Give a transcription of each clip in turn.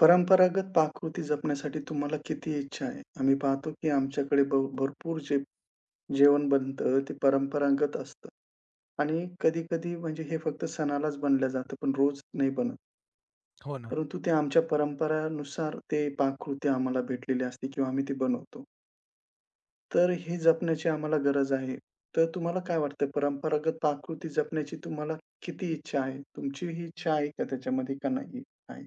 परंपरागत पाककृती जपण्यासाठी तुम्हाला किती इच्छा आहे? आम्ही पाहतो की आमच्याकडे भरपूर जे जेवण बनतं ते परंपरागत असतं आणि कधी-कधी म्हणजे हे फक्त सणालाच बनलं जातं, पण रोज नाही बनत. हो ना. परंतु ते आमच्या परंपरानुसार ते पाककृती आम्हाला भेटलेली असते किंवा आम्ही ती बनवतो. तर हे जपण्याची आम्हाला गरज आहे. तर तुम्हाला काय वाटतं परंपरागत पाककृती जपण्याची तुम्हाला किती इच्छा आहे? तुमची ही इच्छा आहे का त्याच्यामध्ये का नाही आहे?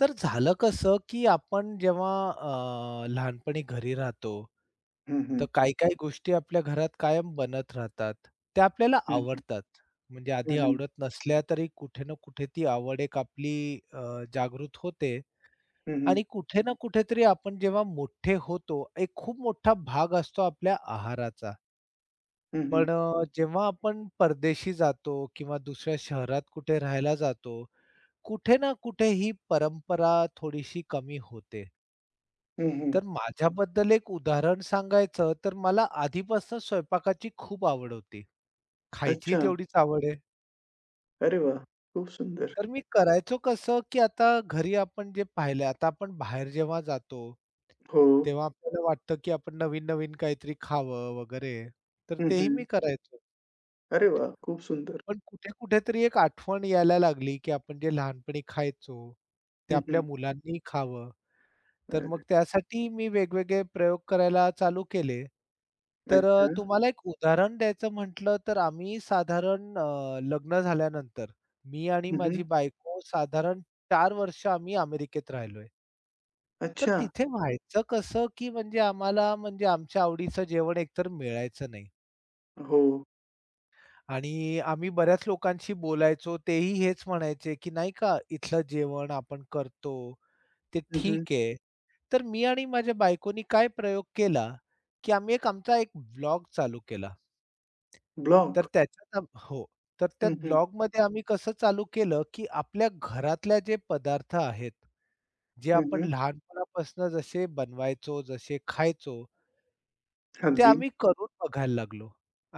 तर झालं कसं, की आपण जेव्हा लहानपणी घरी राहतो, हं, हं. तर काही-काही गोष्टी आपल्या घरात कायम बनत राहतात. त्या आपल्याला हं, हं. आवडतात. म्हणजे आधी हं, हं. आवडत नसल्या तरी कुठे ना कुठे ती आवड एक आपली अ, जागृत होते हं, हं. आणि कुठे ना कुठेतरी आपण जेव्हा मोठे होतो, एक खूप मोठा भाग असतो आपल्या आहाराचा. पण जेव्हा आपण परदेशी जातो किंवा दुसऱ्या शहरात कुठे राहायला जातो, कुठे ना कुठे ही परंपरा थोडीशी कमी होते. हं, हं. तर माझ्याबद्दल एक उदाहरण सांगायचं तर मला आधीपासून स्वयंपाकाची खूप आवड होती. खायची अच्छा. तेवढीच आवड आहे. अरे वाह! खूप सुंदर. तर मी करायचो कसं, की आता घरी आपण जे पाहिलं आता आपण बाहेर जेव्हा जातो, हो. तेव्हा आपल्याला वाटतं, की आपण नवीन-नवीन काहीतरी खावं वगैरे. तर हं, तेही हं. मी करायचो. अरे वाह! खूप सुंदर. पण कुठे-कुठेतरी एक आठवण यायला लागली, की आपण जे लहानपणी खायचो, ते हं, आपल्या हं. मुलांनीही खावं. तर अरे मग त्यासाठी मी वेगवेगळे प्रयोग करायला चालू केले. तर अच्छा. तुम्हाला एक उदाहरण द्यायचं म्हटलं तर आम्ही साधारण लग्न झाल्यानंतर मी आणि हं, हं. माझी बायको साधारण 4 वर्ष आम्ही अमेरिकेत राहिलोय. तर अच्छा. तिथे व्हायचं कसं, की म्हणजे आम्हाला म्हणजे आमच्या आवडीचं जेवण एकतर मिळायचं नाही हो. आणि आम्ही बऱ्याच लोकांशी बोलायचो. तेही हेच म्हणायचे, की नाही का इथलं जेवण आपण करतो. ते हं, हं. ठीक आहे. तर मी आणि माझ्या बायकोनी काय प्रयोग केला, की आम्ही एक आमचा एक ब्लॉग चालू केला. तर ब्लॉक. त्याच्यात हो. तर त्या हं, हं. ब्लॉगमध्ये आम्ही कसं चालू केलं, की आपल्या घरातल्या जे पदार्थ आहेत, जे हं, आपण हं. लहानपणापासून जसे बनवायचो, जसे खायचो, ते अगदी. आम्ही करून बघायला लागलो.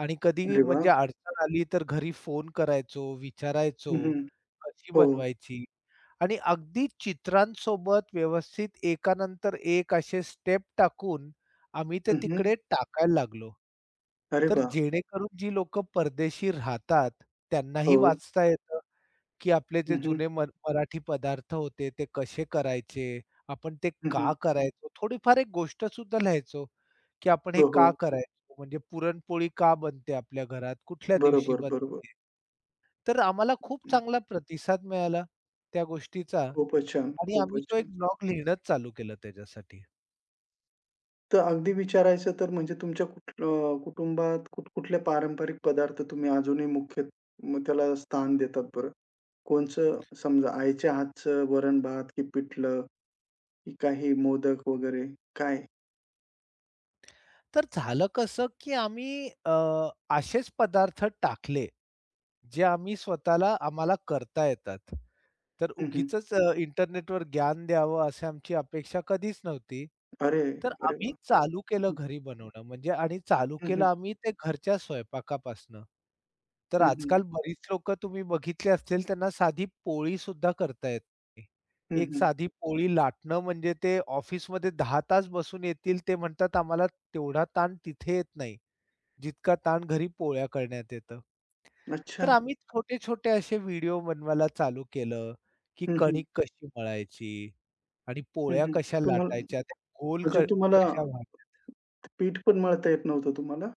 आणि कधी अरे वाह! म्हणजे अडचण आली तर घरी फोन करायचो, विचारायचो, हं, हं. कशी हो. बनवायची? आणि अगदी चित्रांसोबत व्यवस्थित एकानंतर एक असे स्टेप टाकून आम्ही ते हं, हं. तिकडे टाकायला लागलो. अरे तर वाह! जेणेकरून जी लोकं परदेशी राहतात, त्यांनाही हो. वाचता येतं, की आपले जे हं, हं. जुने मराठी पदार्थ होते ते कसे करायचे, आपण ते हं, का हं. करायचो? थोडीफार एक गोष्ट सुद्धा लिहायचो, की आपण हे हो, का हो. करायचो? म्हणजे पुरणपोळी का बनते आपल्या घरात? कुठल्या दिवशी बरोबर, बरोबर. बनते? तर आम्हाला खूप हं. चांगला प्रतिसाद मिळाला त्या गोष्टीचा. खूपच छान, आणि आम्ही खूपच तो छान. एक ब्लॉग लिहिणंच चालू केलं त्याच्यासाठी. तर अगदी विचारायचं तर म्हणजे तुमच्या कुटुंबात कुठ-कुठले पारंपरिक पदार्थ तुम्ही अजूनही मुख्य मग त्याला स्थान देतात बरं? कोणचं समजा आईच्या हातचं वरण-भात की पिठलं, की काही मोदक वगैरे काय? तर झालं कसं, की आम्ही असेच पदार्थ टाकले, जे आम्ही स्वतःला आम्हाला करता येतात. तर हं, हं. उगीचच इंटरनेटवर ज्ञान द्यावं अशी आमची अपेक्षा कधीच नव्हती. अरे, तर अरे आम्ही वाह! चालू केलं घरी बनवणं म्हणजे आणि चालू हं, केलं हं, आम्ही ते घरच्या स्वयंपाकापासनं. तर हं, हं, आजकाल बरीच लोकं तुम्ही बघितले असतील त्यांना साधी पोळीसुद्धा करता येत नाही. हं, एक हं. साधी पोळी लाटणं म्हणजे ते ऑफिसमध्ये 10 तास बसून येतील ते म्हणतात आम्हाला तेवढा ताण तिथे येत नाही, जितका ताण घरी पोळ्या करण्यात येतं. तर अच्छा. आम्ही छोटे-छोटे असे व्हिडिओ बनवायला चालू केलं, की हं, हं, कणिक कशी मळायची आणि हं, पोळ्या हं. कशा तुम्हाला लाटायच्या, त्या गोल म्हणजे तुम्हाला कशा. पीठ पण मळता येत नव्हतं तुम्हाला?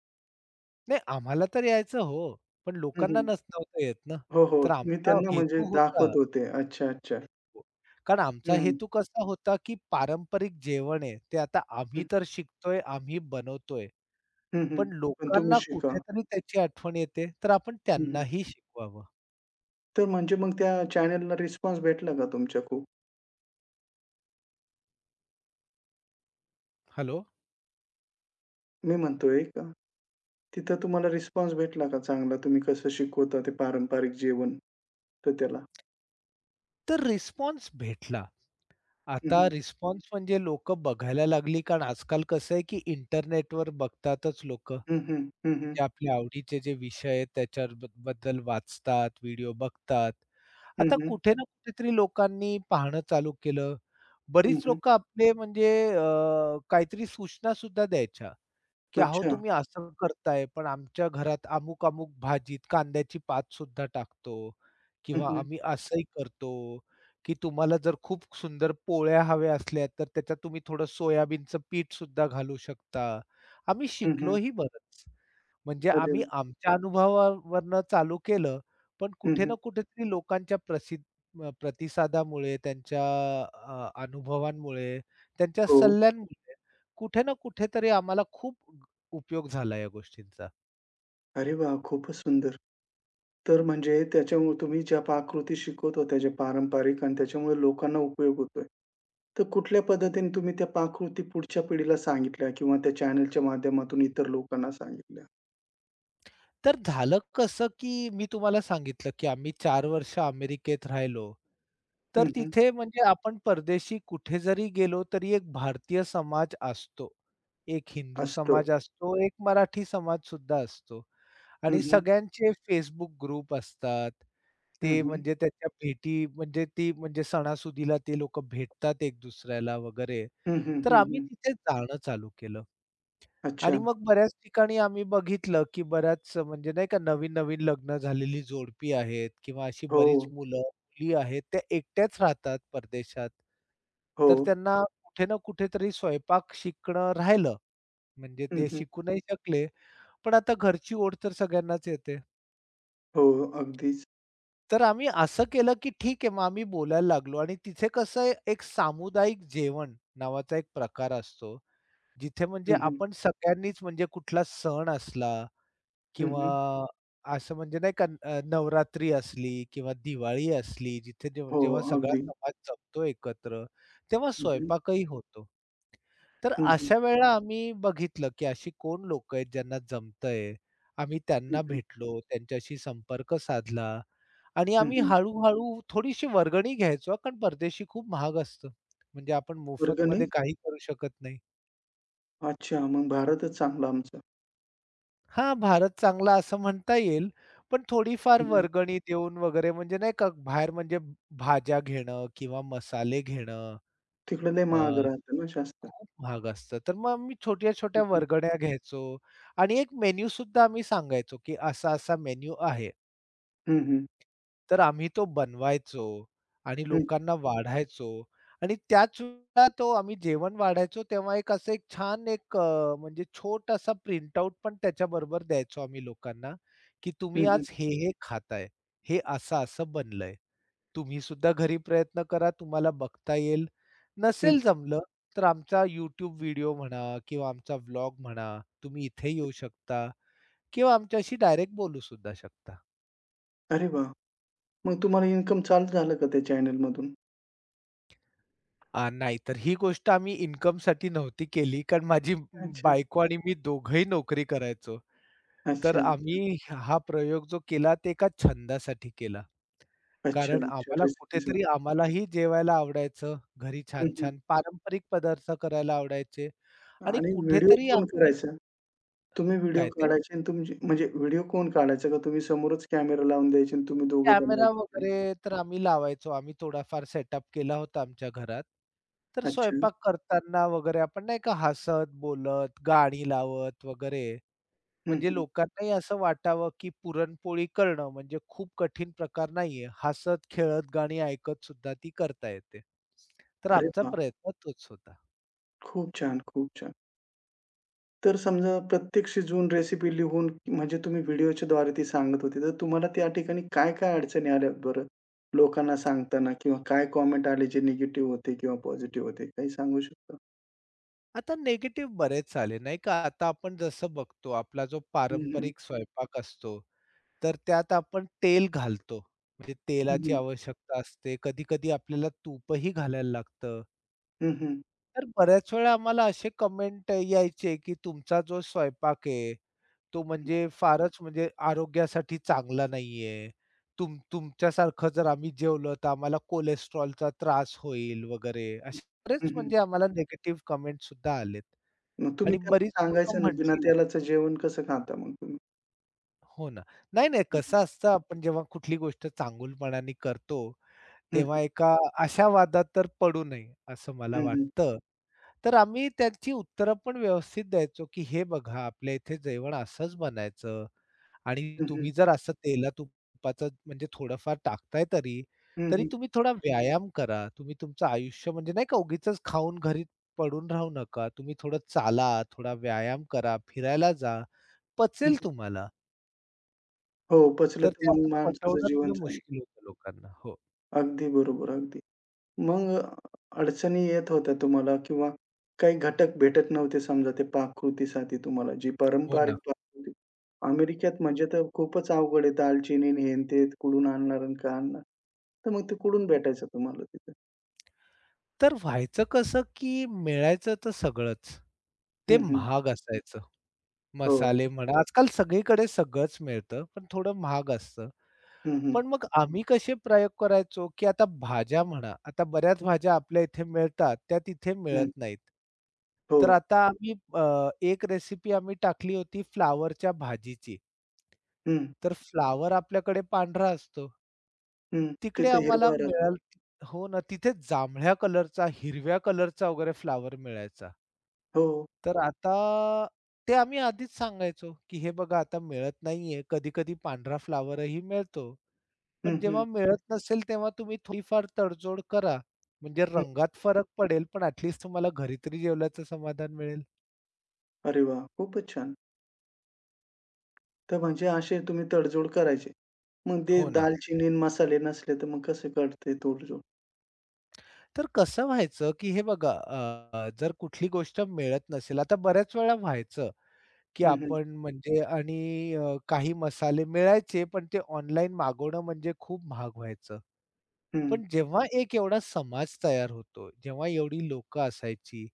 नाही आम्हाला तर यायचं हो, पण हं, लोकांना हं. नव्हतं येत ना. हो, हो. तर तुम्ही आमचा त्यांना म्हणजे हेतू होता दाखवत होते. अच्छा, अच्छा. कारण आमचा हं, हं, हेतू कसा होता, की पारंपरिक जेवण आहे, ते आता आम्ही हं, तर शिकतोय, आम्ही बनवतोय. हं, हं. पण पण तुम्ही लोकांना शिका. कुठेतरी त्याची आठवण येते, तर आपण हं, हं. त्यांनाही शिकवावं. तर म्हणजे मग त्या चॅनेलला रिस्पॉन्स भेटला का तुमच्या खूप? हॅलो. मी म्हणतोय का? तिथं तुम्हाला रिस्पॉन्स भेटला का चांगला? तुम्ही कसं शिकवता ते पारंपरिक जेवण तर त्याला? तर रिस्पॉन्स भेटला. हं, आता हं. रिस्पॉन्स म्हणजे लोकं बघायला लागली, कारण आजकाल कसं आहे, की इंटरनेटवर बघतातच लोकं. हं, हं. हं, हं. म्हणजे आपल्या आवडीचे जे विषय आहेत त्याच्याबद्दल वाचतात, व्हिडिओ बघतात. हं, आता हं. कुठे ना कुठेतरी लोकांनी पाहणं चालू केलं. हं, बरीच हं. लोकं आपले म्हणजे काहीतरी सूचनासुद्धा द्यायच्या. की "अहो, अच्छा. तुम्ही असं करताय, पण आमच्या घरात अमुक-अमुक भाजीत कांद्याची पात सुद्धा टाकतो हं, किंवा हं. आम्ही असंही करतो, की तुम्हाला जर खूप सुंदर पोळ्या हव्या असल्या, तर त्याच्यात तुम्ही थोडं सोयाबीनचं पीठ सुद्धा घालू शकता." आम्ही हं, हं. शिकलोही बरंच. म्हणजे अरे आम्ही वाह! आमच्या अनुभवावरनं चालू केलं, पण हं, कुठे हं. ना कुठेतरी लोकांच्या प्रसिद्ध प्रतिसादामुळे, त्यांच्या अनुभवांमुळे, त्यांच्या हो. सल्ल्यांमुळे कुठे ना कुठेतरी आम्हाला खूप उपयोग झाला या गोष्टींचा. अरे वाह! खूपच सुंदर. तर म्हणजे त्याच्यामुळे तुम्ही ज्या पाककृती शिकवत होत्या, ज्या पारंपरिक आणि त्याच्यामुळे लोकांना उपयोग होतोय. तर कुठल्या पद्धतीने तुम्ही त्या पाककृती पुढच्या पिढीला सांगितल्या किंवा त्या चॅनलच्या माध्यमातून इतर लोकांना सांगितल्या? तर झालं कसं, की मी तुम्हाला सांगितलं, की आम्ही चार वर्ष अमेरिकेत राहिलो. हं, तर हं. तिथे म्हणजे आपण परदेशी कुठे जरी गेलो, तरी एक भारतीय समाज असतो. एक हिंदू असतो. समाज असतो, एक मराठी समाज सुद्धा असतो हं, आणि हं. सगळ्यांचे Facebook ग्रुप असतात. हं, ते हं. म्हणजे त्याच्या भेटी म्हणजे ती म्हणजे सणासुदीला ते लोकं भेटतात एक दुसऱ्याला वगैरे. हं, हं. तर हं, आम्ही हं. तिथे जाणं चालू केलं अच्छा. आणि मग बऱ्याच ठिकाणी आम्ही बघितलं, की बऱ्याच म्हणजे नाही का नवीन-नवीन लग्न झालेली जोडपी आहेत किंवा अशी हो. बरीच मुलं, मुली आहेत त्या एकट्याच राहतात परदेशात. हो. तर त्यांना कुठे ना कुठेतरी स्वयंपाक शिकणं राहिलं. म्हणजे हं, ते हं. शिकू नाही शकले, पण आता घरची ओढ तर सगळ्यांनाच येते. हो, अगदीच. तर आम्ही असं केलं, की ठीक आहे, मग आम्ही बोलायला लागलो आणि तिथे कसं आहे, एक सामुदायिक जेवण नावाचा एक प्रकार असतो, जिथे म्हणजे हं, हं. आपण सगळ्यांनीच म्हणजे कुठला सण असला हं, हं. किंवा असं म्हणजे नाही का नवरात्री असली किंवा दिवाळी असली जिथे जेव्हा हो, जेव्हा सगळा अगदी. समाज जमतो एकत्र, तेव्हा हं, हं. स्वयंपाकही होतो. तर हं, हं. अशा वेळेला आम्ही बघितलं, की अशी कोण लोकं आहेत ज्यांना जमतंय. आम्ही हं, त्यांना हं. भेटलो, त्यांच्याशी संपर्क साधला आणि हं, आम्ही हं. हळू-हळू थोडीशी वर्गणी घ्यायचो हां, कारण परदेशी खूप महाग असतं. म्हणजे आपण वर्गणी? मोफतमध्ये काही करू शकत नाही. अच्छा, मग भारतच चांगला आमचा. हां, भारत चांगला असं म्हणता येईल. पण थोडीफार हं, हं. वर्गणी देऊन वगैरे म्हणजे नाही का बाहेर म्हणजे भाज्या घेणं किंवा मसाले घेणं तिकडं लय अ, महाग राहतं ना जास्त. खूप महाग असतं. तर मग आम्ही हं, छोट्या-छोट्या हं. वर्गण्या घ्यायचो आणि एक मेनूसुद्धा आम्ही सांगायचो, की असा-असा मेनू आहे. हं, हं. तर आम्ही तो बनवायचो आणि लोकांना वाढायचो आणि त्याच वेळेला तो आम्ही जेवण वाढायचो तेव्हा एक असं एक छान एक म्हणजे छोटासा प्रिंटआउट पण त्याच्याबरोबर द्यायचो आम्ही लोकांना, की हं, तुम्ही हं, हं, आज हे, हे खाताय. हे असं-असं बनलंय. तुम्ही सुद्धा घरी प्रयत्न करा, तुम्हाला बघता येईल. हं. नसेल जमलं, तर आमचा YouTube व्हिडिओ म्हणा किंवा आमचा व्लॉग म्हणा, तुम्ही इथे येऊ शकता किंवा आमच्याशी डायरेक्ट बोलू सुद्धा शकता. अरे वाह! मग तुम्हाला इन्कम चालू झालं का त्या चॅनेलमधून? नाही, तर ही गोष्ट आम्ही इन्कमसाठी नव्हती केली, कारण माझी अच्छा. बायको आणि मी दोघंही नोकरी करायचो. तर अच्छा, अच्छा. आम्ही हा प्रयोग जो केला ते एका छंदासाठी केला. अच्छा, कारण अच्छा. आम्हाला रेसिपीसाठी. कुठेतरी आम्हालाही जेवायला आवडायचं, घरी हं, हं. छान-छान पारंपरिक पदार्थ करायला आवडायचे आणि आणि व्हिडिओ कुठेतरी कोण आमची करायचा? तुम्ही व्हिडिओ काय ते? काढायचे आणि तुमची म्हणजे व्हिडिओ कोण काढायचा का तुम्ही समोरच कॅमेरा लावून द्यायचे आणि तुम्ही दोघं कॅमेरा बनवायचे? वगैरे तर आम्ही लावायचो. आम्ही थोडाफार सेटअप केला होता आमच्या घरात. तर अच्छा. स्वयंपाक करताना वगैरे आपण नाही का हसत, बोलत, गाणी लावत वगैरे हं, म्हणजे हं. लोकांनाही असं वाटावं, की पुरणपोळी करणं म्हणजे खूप कठीण प्रकार नाहीये. हसत, खेळत, गाणी ऐकत सुद्धा ती करता येते. तर अरे आमचा वाह! प्रयत्न तोच होता. खूप छान, खूप छान. तर समजा प्रत्येक शिजवून रेसिपी लिहून म्हणजे तुम्ही व्हिडिओच्याद्वारे ती सांगत होती, तर तुम्हाला त्या ठिकाणी काय-काय अडचणी आल्या बरं? लोकांना सांगताना किंवा काय कॉमेंट आले जे निगेटिव्ह होते किंवा पॉझिटिव्ह होते? काही सांगू शकता? आता निगेटिव्ह बरेच आले, नाही का? आता आपण जसं बघतो आपला जो हं, हं. पारंपरिक स्वयंपाक असतो, तर त्यात आपण तेल घालतो. म्हणजे हं, तेलाची हं. आवश्यकता असते. कधी-कधी आपल्याला तूपही घालायला लागतं. हं, हं. तर बऱ्याच वेळा आम्हाला असे कमेंट यायचे, की तुमचा जो स्वयंपाक आहे, तो म्हणजे फारच म्हणजे आरोग्यासाठी चांगला नाहीये. तुमच्यासारखं जर आम्ही जेवलं तर आम्हाला कोलेस्ट्रॉलचा त्रास होईल वगैरे. असे हं, बरेच हं. म्हणजे आम्हाला निगेटिव्ह कमेंट सुद्धा आलेत मग तुम्ही आणि त्यांना बरीच लोकं सांगायचं ना, बिना म्हटली तेलाचं जेवण कसं खाता मग तुम्ही? हो ना. नाही, नाही हं, कसं असतं आपण जेव्हा कुठली गोष्ट चांगुलपणाने करतो, हं. तेव्हा एका अशा वादात तर पडू नये असं मला हं, हं. वाटतं. तर आम्ही त्यांची उत्तरं पण व्यवस्थित द्यायचो, की "हे बघा आपल्या इथे जेवण असंच बनायचं आणि हं, हं. तुम्ही जर असं तेला-तुपाचं म्हणजे थोडंफार टाकताय तरी, हं, तरी हं. तुम्ही थोडा व्यायाम करा. तुम्ही तुमचं आयुष्य म्हणजे नाही का उगीचच खाऊन घरी पडून राहू नका. तुम्ही थोडं चाला, थोडा व्यायाम करा, फिरायला जा. हं, पचेल हं. तुम्हाला." हो, पचलं तर तर ते मग असं माणसाचं पटवणं जीवन थोडं चांगलं. मुश्किल होतं लोकांना. हो. अगदी बरोबर, अगदी. मग अडचणी येत होत्या तुम्हाला किंवा काही घटक भेटत नव्हते समजा ते पाककृतीसाठी तुम्हाला, जी हो पारंपरिक ना. पाककृती अमेरिकेत म्हणजे तर खूपच अवघड आहे दालचिनी आणि हे आणि ते कुठून आणणार आणि काय आणणार. तर मग ते कुठून भेटायचं तुम्हाला तिथं? तर व्हायचं कसं, की मिळायचं तर सगळंच. हं, ते हं. महाग असायचं. हो. मसाले म्हणा, आजकाल सगळीकडे सगळंच मिळतं, पण थोडं महाग असतं. हं, हं. पण मग हं. आम्ही कसे प्रयोग करायचो, की आता भाज्या म्हणा, आता बऱ्याच भाज्या आपल्या इथे मिळतात, त्या तिथे मिळत हं. नाहीत. हो. तर आता आम्ही एक रेसिपी आम्ही टाकली होती फ्लॉवरच्या भाजीची. हं, तर फ्लावर आपल्याकडे पांढरा असतो. हं. तिकडे तिथे आम्हाला हिरवा राहतो. हो ना, तिथे जांभळ्या कलरचा, हिरव्या कलरचा वगैरे फ्लॉवर मिळायचा. हो. तर आता ते आम्ही आधीच सांगायचो, की "हे बघा आता मिळत नाहीये." कधी-कधी पांढरा फ्लॉवरही मिळतो. हं, पण हं. जेव्हा मिळत नसेल तेव्हा तुम्ही थोडीफार तडजोड करा. म्हणजे हं. रंगात फरक पडेल, पण ॲट लीस्ट तुम्हाला घरी तरी जेवल्याचं समाधान मिळेल. अरे वाह! खूपच छान. तर म्हणजे असे तुम्ही तडजोड करायचे. मग ते हो ना. दालचिनी आणि मसाले नसले तर मग कसे करते तडजोड? तर कसं व्हायचं, की हे बघा जर कुठली गोष्ट मिळत नसेल आता बऱ्याच वेळा व्हायचं, की हं, हं. आपण म्हणजे आणि काही मसाले मिळायचे, पण ते ऑनलाईन मागवणं म्हणजे खूप महाग व्हायचं. हं. पण जेव्हा एक एवढा समाज तयार होतो, जेव्हा एवढी लोकं असायची,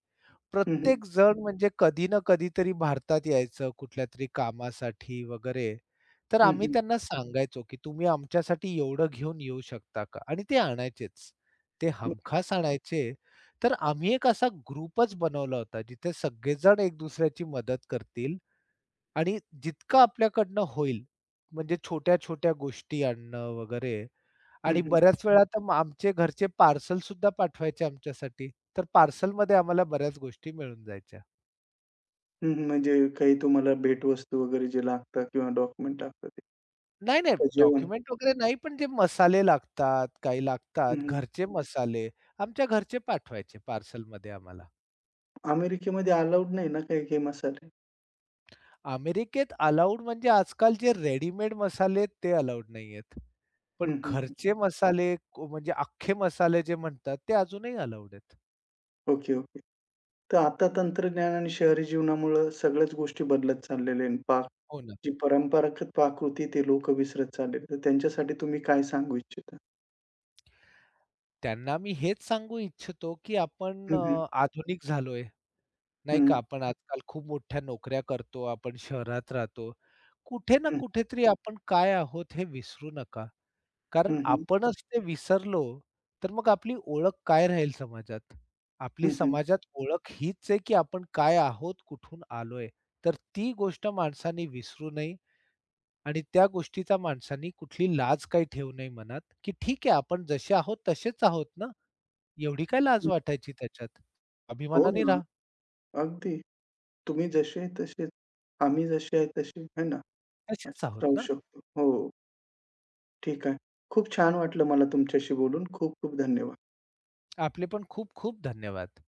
हं, हं. प्रत्येक जण म्हणजे कधी ना कधीतरी भारतात यायचं कुठल्यातरी कामासाठी वगैरे. तर हं, आम्ही हं. त्यांना सांगायचो, की तुम्ही आमच्यासाठी एवढं घेऊन येऊ शकता का? आणि ते आणायचेच. ते हं, हमखास आणायचे. तर आम्ही एक असा ग्रुपच बनवला होता, जिथे सगळेजण एक दुसऱ्याची मदत करतील आणि जितकं आपल्याकडनं होईल, म्हणजे छोट्या-छोट्या गोष्टी आणणं वगैरे. हं, आणि हं. बऱ्याच वेळा तर मग आमचे घरचे पार्सलसुद्धा पाठवायचे आमच्यासाठी. तर पार्सलमध्ये आम्हाला बऱ्याच गोष्टी मिळून जायच्या. हं, हं. म्हणजे काही तुम्हाला भेटवस्तू वगैरे जे लागतात किंवा डॉक्युमेंट लागतात ते. नाही, नाही का जेवण? डॉक्युमेंट वगैरे नाही, पण जे मसाले लागतात, काही लागतात, हं, हं. घरचे मसाले आमच्या घरचे पाठवायचे पार्सलमध्ये आम्हाला. अमेरिकेमध्ये अलाउड नाही ना काही-काही मसाले? अमेरिकेत अलाउड म्हणजे आजकाल जे रेडीमेड मसाले आहेत ते अलाउड नाहीयेत. हं, पण हं, हं. घरचे मसाले म्हणजे अख्खे मसाले जे म्हणतात ते अजूनही अलाउड आहेत. Okay, okay. तर आता तंत्रज्ञान आणि शहरी जीवनामुळं सगळ्याच गोष्टी बदलत चाललेल्या आहेत. पाक हो ना. जी परंपरागत पाककृती ते लोकं विसरत चाललेत. तर त्यांच्यासाठी तुम्ही काय सांगू इच्छिता? त्यांना मी हेच सांगू इच्छितो, की आपण हं, हं. आधुनिक झालोय. हं, नाही का, हं. आपण आजकाल खूप मोठ्या नोकऱ्या करतो, आपण शहरात राहतो. कुठे ना कुठेतरी आपण काय आहोत हे विसरू नका. कारण हं, हं. आपणच ते विसरलो, तर मग आपली ओळख काय राहील समाजात? आपली हं, हं. समाजात ओळख हीच आहे, की आपण काय आहोत, कुठून आलोय. तर ती गोष्ट माणसाने विसरू नये आणि त्या गोष्टीचा माणसाने कुठली लाज काही ठेवू नये मनात, की ठीक आहे आपण जसे आहोत तसेच आहोत ना. एवढी काय लाज हं. वाटायची त्याच्यात? हो अभिमानाने ना. राहा. अगदी. तुम्ही जसे आहे तसेच. आम्ही जसे आहे तसे. है ना? तसेच अच्छा, आहोत राहू ना. शकतो. हो, ठीक आहे. खूप छान वाटलं मला तुमच्याशी बोलून. खूप खूप धन्यवाद. आपले पण खूप खूप धन्यवाद.